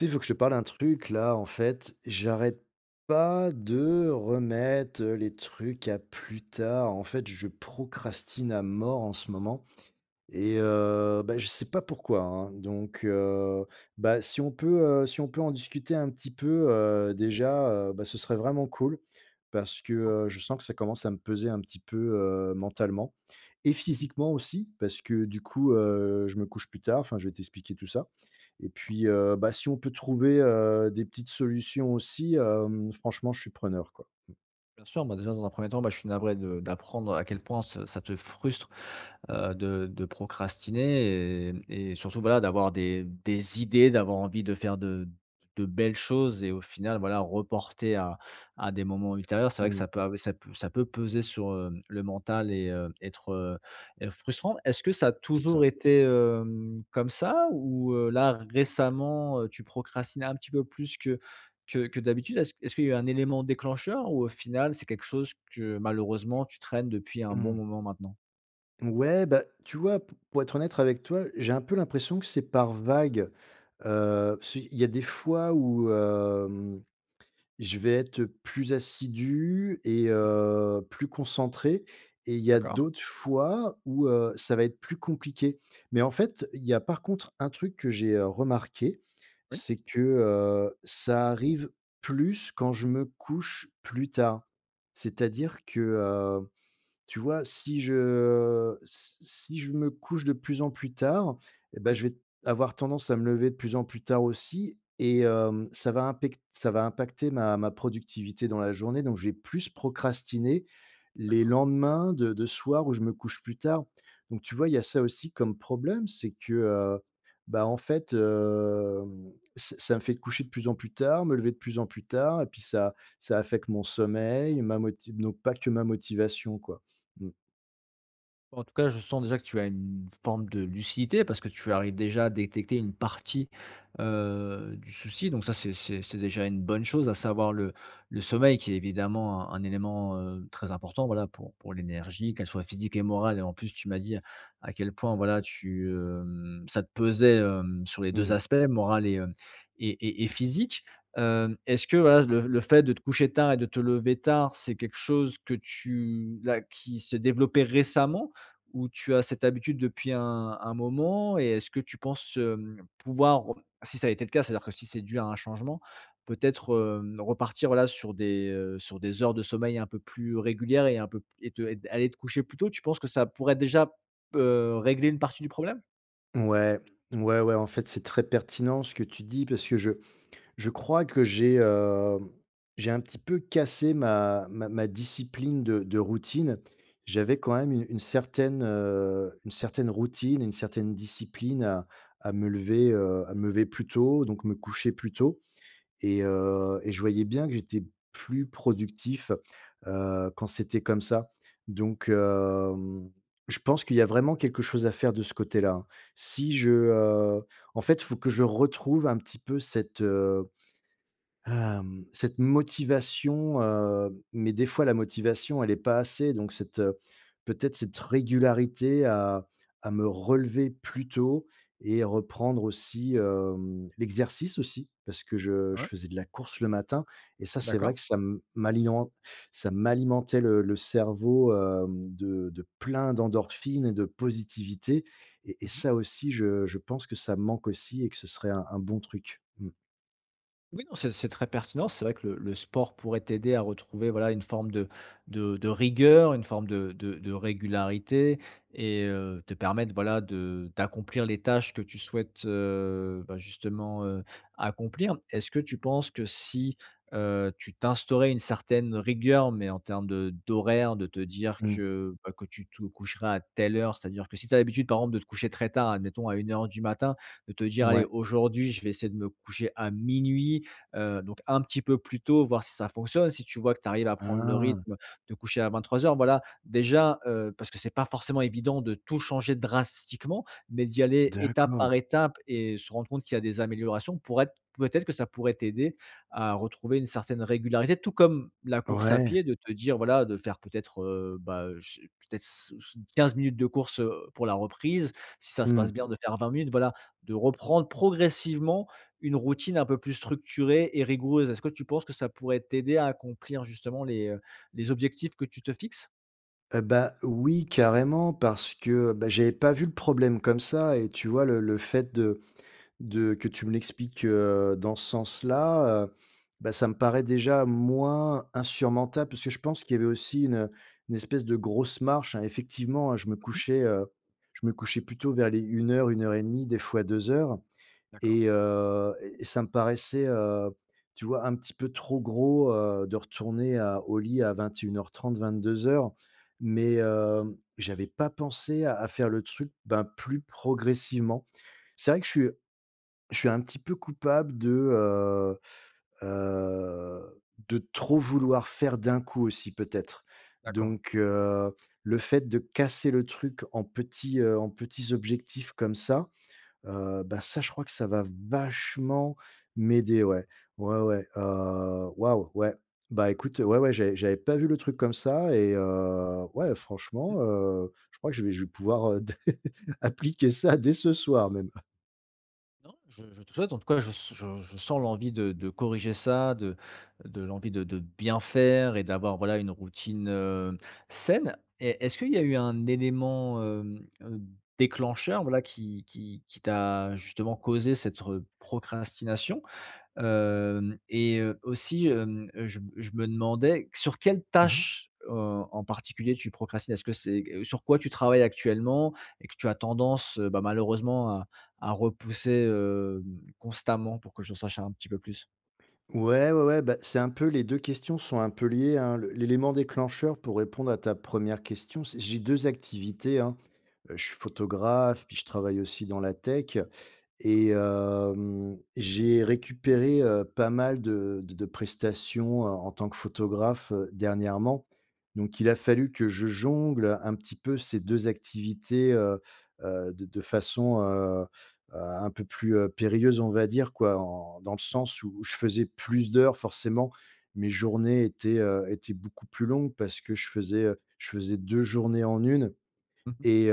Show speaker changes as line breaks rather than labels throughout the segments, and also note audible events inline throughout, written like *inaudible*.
Il faut que je te parle d'un truc là, en fait, j'arrête pas de remettre, les trucs à plus tard. En fait, je procrastine à mort en ce moment. Je sais pas pourquoi, hein, si on peut, si on peut en discuter un petit peu, déjà, ce serait vraiment cool parce que, je sens que ça commence à me peser un petit peu, mentalement et physiquement aussi parce que du coup, je me couche plus tard, enfin, je vais t'expliquer tout ça et puis, si on peut trouver, des petites solutions aussi, franchement, je suis preneur, quoi.
Bien sûr, bah, déjà dans un premier temps, bah, je suis navré de d'apprendre à quel point ce ça te frustre de procrastiner et surtout, voilà, d'avoir des idées, d'avoir envie de faire de belles choses et au final, voilà, reporter à des moments ultérieurs. C'est vrai que
Mmh,
ça peut av ça peut peser sur, hem, le mental et être, frustrant. Est-ce que ça a
c'est
toujours
ça.
été, hem, comme ça ou, là, récemment, tu procrastines un petit peu plus que d'habitude? Est-ce qu'il y a eu un élément déclencheur ou au final, c'est quelque chose que malheureusement tu traînes depuis un bon
Mmh.
moment maintenant?
Ouais, bah, tu vois, p pour être honnête avec toi, j'ai un peu l'impression que c'est par vague. Parce qu'il y a des fois où, je vais être plus assidu et plus concentré et il y a d'autres fois où, ça va être plus compliqué. Mais en fait, il y a par contre un truc que j'ai, remarqué, c'est que, ça arrive plus quand je me couche plus tard. C'est-à-dire que, tu vois, si si je me couche de plus en plus tard eh ben je vais avoir tendance à me lever de plus en plus tard aussi et ça va impacter ma productivité dans la journée, donc je vais plus procrastiner les lendemains de soir où je me couche plus tard, donc tu vois, il y a ça aussi comme problème, c'est que, en fait, ç ça me fait coucher de plus en plus tard, me lever de plus en plus tard et puis ça affecte mon sommeil, ma moti donc pas que ma motivation, quoi. Mmh.
En tout cas, je sens déjà que tu as une forme de lucidité parce que tu arrives déjà à détecter une partie du souci. Donc ça, c'est déjà une bonne chose, à savoir le sommeil qui est évidemment un élément très important, voilà, pour l'énergie, qu'elle soit physique et morale. Et en plus, tu m'as dit à quel point voilà, tu, ça te pesait sur les deux
Mmh.
aspects, moral et, et physique. Est-ce que voilà, le fait de te coucher tard et de te lever tard, c'est quelque chose que tu là, qui s'est développé récemment ou tu as cette habitude depuis un moment? Et est-ce que tu penses, hem, pouvoir, si ça a été le cas, c'est-à-dire que si c'est dû à un changement, peut-être, hem, repartir, voilà, sur des heures de sommeil un peu plus régulières et un peu et te et aller te coucher plus tôt, tu penses que ça pourrait déjà, régler une partie du problème?
Ouais, ouais, ouais, en fait, c'est très pertinent ce que tu dis parce que je crois que j'ai, j'ai un petit peu cassé ma discipline de routine. J'avais quand même une certaine, une certaine routine, une certaine discipline à me lever plus tôt, donc me coucher plus tôt. Et je voyais bien que j'étais plus productif, quand c'était comme ça. Donc je pense qu'il y a vraiment quelque chose à faire de ce côté-là, hein. Si je, en fait, il faut que je retrouve un petit peu cette motivation, mais des fois la motivation elle est pas assez donc peut-être cette régularité à me relever plus tôt et reprendre aussi, l'exercice aussi parce que je
Ouais,
faisais de la course le matin et ça c'est vrai
d'accord.
que ça m'alimentait le cerveau, de plein d'endorphines et de positivité et
Mmh.
ça aussi je pense que ça me manque aussi et que ce serait un bon truc. Mmh
Oui, non, c'est très pertinent. C'est vrai que le sport pourrait t'aider à retrouver, voilà, une forme de rigueur, une forme de régularité et te permettre, voilà, de d'accomplir les tâches que tu souhaites, bah, justement, accomplir. Est-ce que tu penses que si, tu t'instaurais une certaine rigueur, mais en termes de d'horaire, de te dire
mh.
que, bah, que tu te coucheras à telle heure, c'est-à-dire que si tu as l'habitude, par exemple, de te coucher très tard, admettons à une heure du matin, de te dire: «Allez,
Ouais.
aujourd'hui, je vais essayer de me coucher à minuit. Donc un petit peu plus tôt, voir si ça fonctionne.» Si tu vois que tu arrives à prendre le
Ah,
rythme, de coucher à vingt-trois heures, voilà, déjà, parce que c'est pas forcément évident de tout changer drastiquement, mais d'y aller étape
d'accord.
par étape et se rendre compte qu'il y a des améliorations, pour être peut-être que ça pourrait t'aider à retrouver une certaine régularité. Tout comme la course à
Ouais.
pied, de te dire, voilà, de faire peut-être, bah, je peut-être s s 15 minutes de course, pour la reprise. Si ça se passe
Mmh.
bien, de faire 20 minutes, voilà, de reprendre progressivement une routine un peu plus structurée et rigoureuse. Est-ce que tu penses que ça pourrait t'aider à accomplir justement les objectifs que tu te fixes?
Oui, carrément, parce que, bah, j'avais pas vu le problème comme ça et tu vois, le fait de que tu me l'expliques, dans ce sens-là, ça me paraît déjà moins insurmontable parce que je pense qu'il y avait aussi une espèce de grosse marche, hein. Effectivement, hein, je me couchais plutôt vers les 01:00-01:30, des fois 2:00.
D'accord,
Et heu et ça me paraissait, tu vois, un petit peu trop gros, de retourner à au lit à 21:30-22:00, mais j'avais pas pensé à faire le truc, ben, plus progressivement. C'est vrai que je suis un petit peu coupable heu, de trop vouloir faire d'un coup aussi peut-être.
d'accord.
Donc le fait de casser le truc en petits objectifs comme ça, ça, je crois que ça va vachement m'aider, ouais. Ouais, ouais, waouh, ouais. Bah, écoute, ouais, ouais, j'avais pas vu le truc comme ça et ouais,
Mmh.
franchement, je crois que je vais pouvoir, *laughs* appliquer ça dès ce soir même.
Non, je te souhaite, en tout cas, je sens l'envie de corriger ça, de l'envie de bien faire et d'avoir, voilà, une routine, saine. Et est-ce qu'il y a eu un élément, déclencheur, voilà, qui t'a justement causé cette procrastination? Hem et aussi, hem, je me demandais sur quelle
Mmh.
tâche, en particulier tu procrastines? Est-ce que c'est q sur quoi tu travailles actuellement et que tu as tendance, bah, malheureusement à repousser, hem, constamment pour que je sache un petit peu plus?
Ouais, ouais, ouais, bah, c'est un peu, les 2 questions sont un peu liées, hein. Le L'élément déclencheur pour répondre à ta première question, c'est j'ai 2 activités, hein. Je suis photographe, puis je travaille aussi dans la tech. Et j'ai récupéré, pas mal de prestations, en tant que photographe, dernièrement. Donc il a fallu que je jongle un petit peu ces 2 activités, de façon, un peu plus, périlleuse, on va dire, quoi. En dans le sens où je faisais plus d'heures forcément. Mes journées étaient, étaient beaucoup plus longues parce que je faisais 2 journées en une
Mmh.
et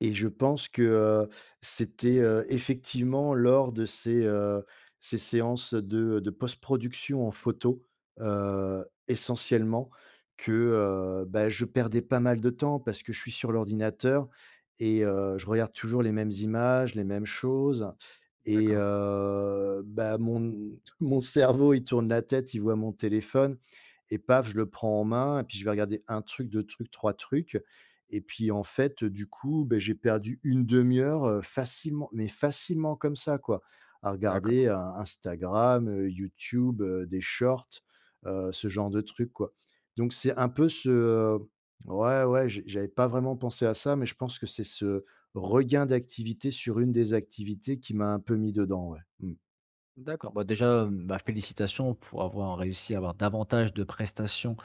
et je pense que, c'était, effectivement lors de ces, ces séances de post-production en photo, essentiellement que, je perdais pas mal de temps parce que je suis sur l'ordinateur et je regarde toujours les mêmes images, les mêmes choses et
D'accord,
heu, bah, mon *laughs* mon cerveau, il tourne la tête, il voit mon téléphone et paf, je le prends en main et puis je vais regarder un truc, 2 trucs, 3 trucs et puis en fait, du coup, beh, j'ai perdu une demi heure, facilement, mais facilement comme ça quoi, à
d'accord,
regarder, Instagram, YouTube, des shorts, ce genre de trucs quoi. Donc c'est un peu ce, ouais, ouais, j'avais pas vraiment pensé à ça, mais je pense que c'est ce regain d'activité sur une des activités qui m'a un peu mis dedans, ouais. Mmh.
d'accord. Bah, déjà, hem, bah, félicitations pour avoir réussi à avoir davantage de prestations.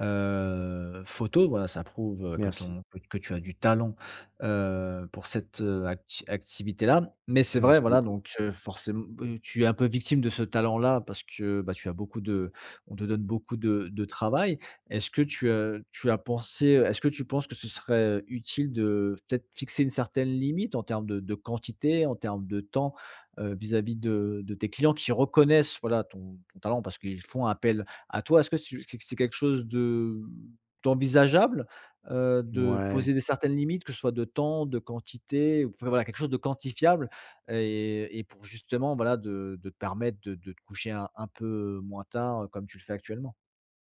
Photo, voilà, ça prouve, que
Merci.
ton que tu as du talent, pour cette, activité-là. Mais c'est vrai,
Merci
voilà,
beaucoup.
donc forcém tu es un peu victime de ce talent-là parce que, bah, tu as beaucoup de on te donne beaucoup de travail. Est-ce que tu, tu as pensé, est-ce que tu penses que ce serait utile de peut-être fixer une certaine limite en termes de quantité, en termes de temps, vis-à-vis de tes clients qui reconnaissent, voilà, ton talent? Parce qu'ils font appel à toi, est-ce que tu c'est quelque chose de d'envisageable, de
Ouais.
poser des certaines limites, que ce soit de temps, de quantité, ou- enfin voilà, quelque chose de quantifiable et pour justement, voilà, de te permettre de te coucher un peu moins tard, comme tu le fais actuellement?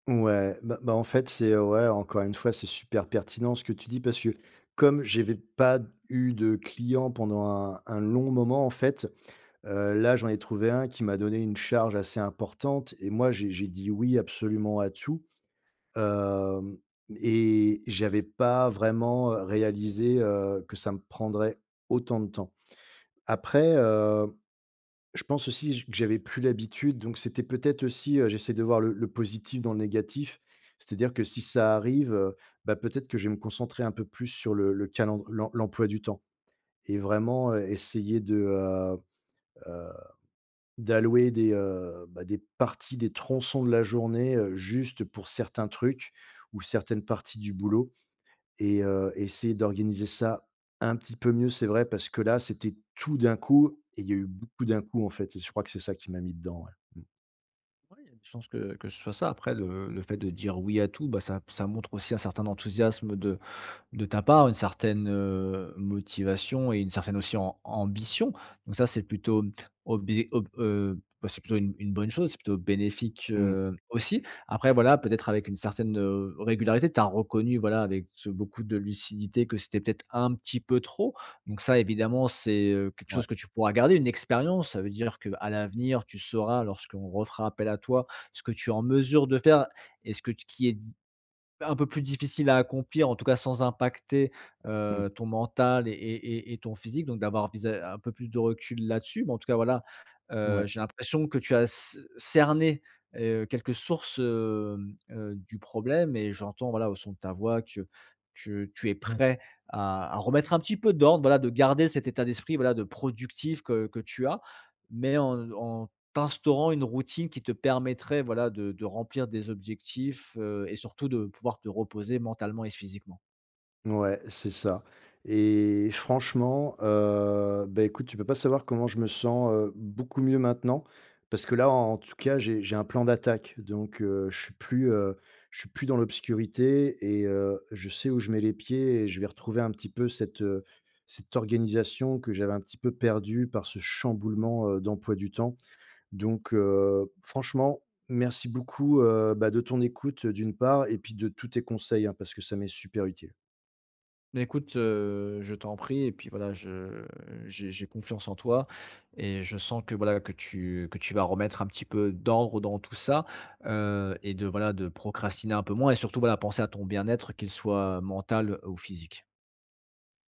Ouais, bah bah, en fait, c'est ouais, encore une fois, c'est super pertinent ce que tu dis parce que comme j'avais pas eu de client pendant un long moment, en fait, là, j'en ai trouvé un qui m'a donné une charge assez importante et moi, j'ai dit oui absolument à tout, hem et j'avais pas vraiment, réalisé, que ça me prendrait autant de temps. Après, je pense aussi j que j'avais plus l'habitude, donc c'était peut-être aussi, j'essaie de voir le positif dans le négatif. C'est-à-dire que si ça arrive, peut-être que je vais me concentrer un peu plus sur le calend l'em l'emploi du temps et vraiment, essayer de, heu, d'allouer des, des parties, des tronçons de la journée, juste pour certains trucs ou certaines parties du boulot et essayer d'organiser ça un petit peu mieux, c'est vrai, parce que là, c'était tout d'un coup et il y a eu beaucoup d'un coup, en fait, et je crois que c'est ça qui m'a mis dedans, ouais. Mmh.
Ouais, il y a des chances que ce soit ça. Après le fait de dire oui à tout, bah, ça montre aussi un certain enthousiasme de ta part, une certaine, motivation et une certaine aussi am ambition. Donc ça, c'est plutôt obé ob bah, c'est plutôt une bonne chose, c'est plutôt bénéfique,
Mmh.
aussi. Après voilà, peut-être avec une certaine, régularité, tu as reconnu, voilà, avec beaucoup de lucidité que c'était peut-être un petit peu trop. Donc ça, évidemment, c'est, quelque
Ouais.
chose que tu pourras garder, une expérience. Ça veut dire qu'à l'avenir, tu sauras, lorsqu'on refera appel à toi, ce que tu es en mesure de faire et ce que t qui est un peu plus difficile à accomplir, en tout cas sans impacter,
Mmh.
ton mental et ton physique, donc d'avoir visa un peu plus de recul là-dessus, mais en tout cas, voilà,
Ouais.
j'ai l'impression que tu as c cerné, quelques sources, du problème et j'entends, voilà, au son de ta voix que tu es prêt à remettre un petit peu d'ordre, voilà, de garder cet état d'esprit, voilà, de productif que tu as, mais en en t'instaurant une routine qui te permettrait, voilà, de remplir des objectifs, et surtout de pouvoir te reposer mentalement et physiquement.
Ouais, c'est ça et franchement, écoute, tu peux pas savoir comment je me sens, beaucoup mieux maintenant parce que là, en tout cas, j'ai un plan d'attaque donc je suis plus dans l'obscurité et je sais où je mets les pieds et je vais retrouver un petit peu cette, cette organisation que j'avais un petit peu perdue par ce chamboulement, d'emploi du temps donc franchement, merci beaucoup, de ton écoute, d'une part et puis de tous tes conseils, hein, parce que ça m'est super utile.
Mais écoute, je t'en prie, et puis voilà, je j'ai confiance en toi et je sens que voilà, que tu vas remettre un petit peu d'ordre dans tout ça, et de voilà, de procrastiner un peu moins et surtout voilà, penser à ton bien-être, qu'il soit mental ou physique.